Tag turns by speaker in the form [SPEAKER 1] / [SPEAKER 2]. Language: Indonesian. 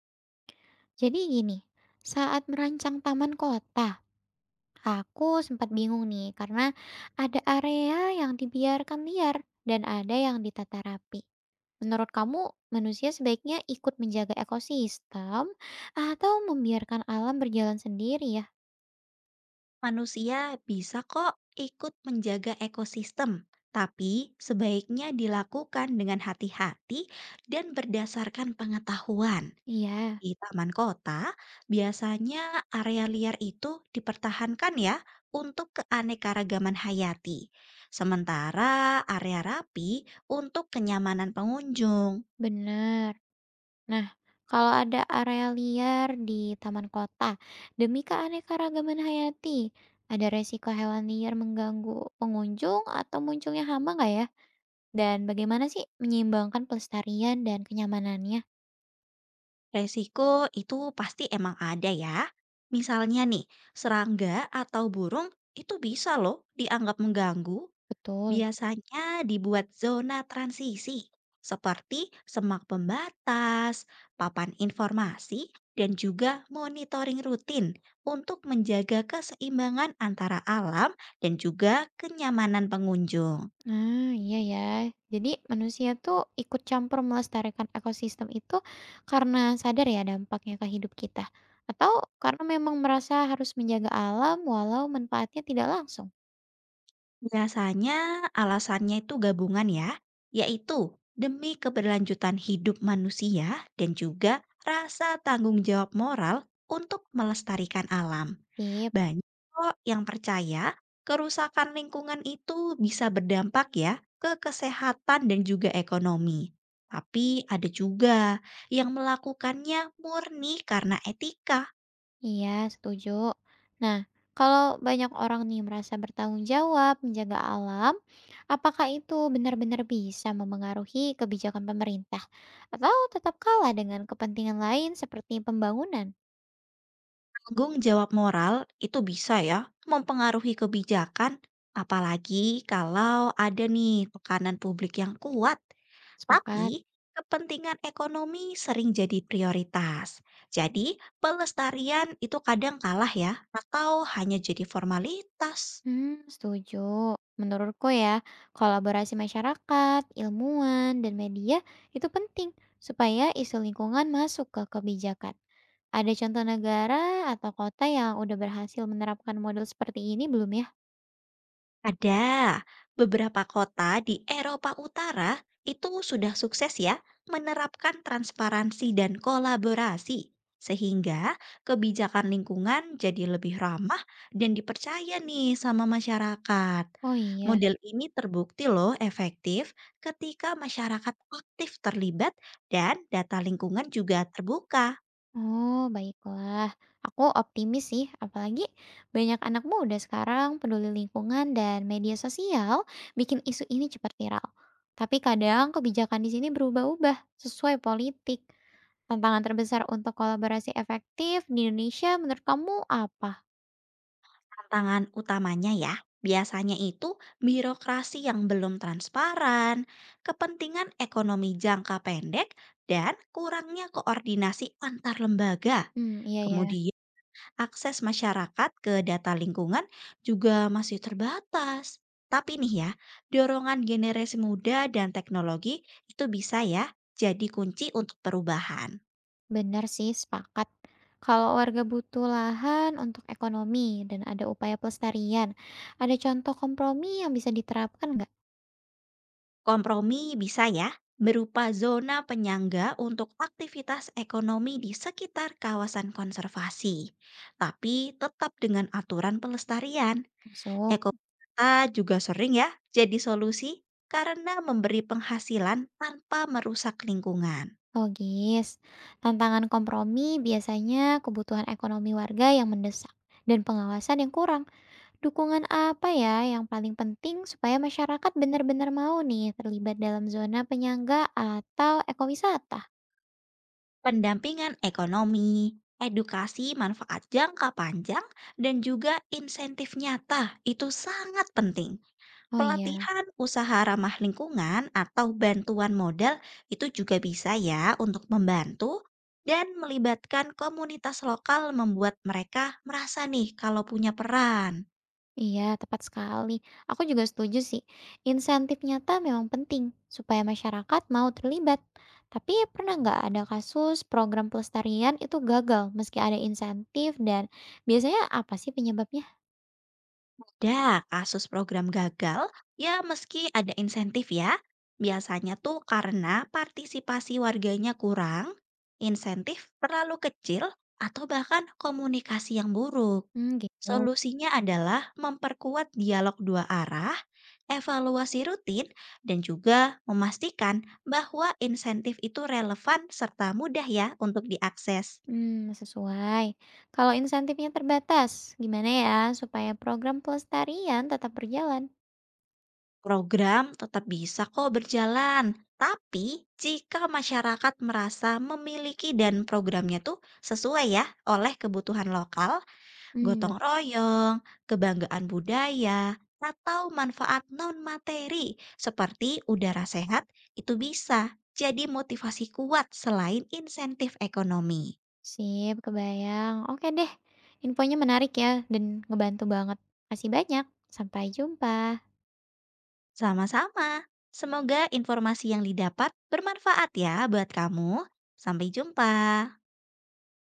[SPEAKER 1] Jadi gini, saat merancang taman kota, aku sempat bingung nih karena ada area yang dibiarkan liar dan ada yang ditata rapi. Menurut kamu, manusia sebaiknya ikut menjaga ekosistem atau membiarkan alam berjalan sendiri ya?
[SPEAKER 2] Manusia bisa kok ikut menjaga ekosistem, tapi sebaiknya dilakukan dengan hati-hati dan berdasarkan pengetahuan.
[SPEAKER 1] Iya,
[SPEAKER 2] Di taman kota, biasanya area liar itu dipertahankan ya untuk keanekaragaman hayati, sementara area rapi untuk kenyamanan pengunjung.
[SPEAKER 1] benar. Nah, kalau ada area liar di taman kota, demi keanekaragaman hayati, ada resiko hewan liar mengganggu pengunjung atau munculnya hama nggak ya? Dan bagaimana sih menyeimbangkan pelestarian dan kenyamanannya?
[SPEAKER 2] Resiko itu pasti emang ada ya. Misalnya nih, serangga atau burung itu bisa loh dianggap mengganggu.
[SPEAKER 1] Betul.
[SPEAKER 2] Biasanya dibuat zona transisi, seperti semak pembatas, papan informasi, dan juga monitoring rutin untuk menjaga keseimbangan antara alam dan juga kenyamanan pengunjung.
[SPEAKER 1] Ah, iya ya. Jadi manusia tuh ikut campur melestarikan ekosistem itu karena sadar ya dampaknya ke hidup kita. Atau karena memang merasa harus menjaga alam walau manfaatnya tidak langsung.
[SPEAKER 2] Biasanya alasannya itu gabungan ya, yaitu demi keberlanjutan hidup manusia dan juga rasa tanggung jawab moral untuk melestarikan alam.
[SPEAKER 1] Sip.
[SPEAKER 2] Banyak kok yang percaya kerusakan lingkungan itu bisa berdampak ya ke kesehatan dan juga ekonomi. Tapi ada juga yang melakukannya murni karena etika.
[SPEAKER 1] Iya, setuju. Nah, kalau banyak orang nih merasa bertanggung jawab menjaga alam, apakah itu benar-benar bisa memengaruhi kebijakan pemerintah atau tetap kalah dengan kepentingan lain seperti pembangunan?
[SPEAKER 2] Tanggung jawab moral itu bisa ya mempengaruhi kebijakan, apalagi kalau ada nih tekanan publik yang kuat. Tapi
[SPEAKER 1] Sepakat.
[SPEAKER 2] kepentingan ekonomi sering jadi prioritas. Jadi pelestarian itu kadang kalah ya atau hanya jadi formalitas.
[SPEAKER 1] Setuju. Menurutku ya, kolaborasi masyarakat, ilmuwan, dan media itu penting supaya isu lingkungan masuk ke kebijakan. Ada contoh negara atau kota yang udah berhasil menerapkan model seperti ini belum ya?
[SPEAKER 2] Ada beberapa kota di Eropa Utara itu sudah sukses ya menerapkan transparansi dan kolaborasi sehingga kebijakan lingkungan jadi lebih ramah dan dipercaya nih sama masyarakat.
[SPEAKER 1] Oh iya,
[SPEAKER 2] Model ini terbukti loh efektif ketika masyarakat aktif terlibat dan data lingkungan juga terbuka.
[SPEAKER 1] oh baiklah. Aku optimis sih, apalagi banyak anak muda sekarang peduli lingkungan dan media sosial bikin isu ini cepat viral. Tapi kadang kebijakan di sini berubah-ubah sesuai politik. Tantangan terbesar untuk kolaborasi efektif di Indonesia menurut kamu apa?
[SPEAKER 2] Tantangan utamanya ya, biasanya itu birokrasi yang belum transparan, kepentingan ekonomi jangka pendek, dan kurangnya koordinasi antar lembaga.
[SPEAKER 1] Hmm, iya ya,
[SPEAKER 2] Kemudian, akses masyarakat ke data lingkungan juga masih terbatas. Tapi nih ya, dorongan generasi muda dan teknologi itu bisa ya jadi kunci untuk perubahan.
[SPEAKER 1] benar sih, sepakat. Kalau warga butuh lahan untuk ekonomi dan ada upaya pelestarian, ada contoh kompromi yang bisa diterapkan nggak?
[SPEAKER 2] Kompromi bisa ya, berupa zona penyangga untuk aktivitas ekonomi di sekitar kawasan konservasi. Tapi tetap dengan aturan pelestarian.
[SPEAKER 1] So.
[SPEAKER 2] Ekowisata juga sering ya jadi solusi karena memberi penghasilan tanpa merusak lingkungan.
[SPEAKER 1] Logis. Tantangan kompromi biasanya kebutuhan ekonomi warga yang mendesak dan pengawasan yang kurang. Dukungan apa ya yang paling penting supaya masyarakat benar-benar mau nih terlibat dalam zona penyangga atau ekowisata?
[SPEAKER 2] Pendampingan ekonomi, edukasi manfaat jangka panjang, dan juga insentif nyata itu sangat penting.
[SPEAKER 1] Oh iya,
[SPEAKER 2] Pelatihan usaha ramah lingkungan atau bantuan modal itu juga bisa ya untuk membantu dan melibatkan komunitas lokal membuat mereka merasa nih kalau punya peran.
[SPEAKER 1] iya tepat sekali. Aku juga setuju sih. Insentif nyata memang penting supaya masyarakat mau terlibat. Tapi pernah nggak ada kasus program pelestarian itu gagal meski ada insentif dan biasanya apa sih penyebabnya?
[SPEAKER 2] Ada kasus program gagal, ya meski ada insentif ya. Biasanya tuh karena partisipasi warganya kurang, insentif terlalu kecil, atau bahkan komunikasi yang buruk.
[SPEAKER 1] Hmm, gitu.
[SPEAKER 2] Solusinya adalah memperkuat dialog dua arah, evaluasi rutin, dan juga memastikan bahwa insentif itu relevan serta mudah ya untuk diakses.
[SPEAKER 1] Hmm, sesuai. Kalau insentifnya terbatas, gimana ya supaya program pelestarian tetap berjalan?
[SPEAKER 2] Program tetap bisa kok berjalan, tapi jika masyarakat merasa memiliki dan programnya tuh sesuai ya oleh kebutuhan lokal,
[SPEAKER 1] Hmm,
[SPEAKER 2] gotong
[SPEAKER 1] betul
[SPEAKER 2] royong, kebanggaan budaya, atau manfaat non materi seperti udara sehat itu bisa jadi motivasi kuat selain insentif ekonomi.
[SPEAKER 1] sih, kebayang. Oke deh, infonya menarik ya dan ngebantu banget. Makasih banyak, sampai jumpa.
[SPEAKER 2] Sama-sama. Semoga informasi yang didapat bermanfaat ya buat kamu. Sampai jumpa.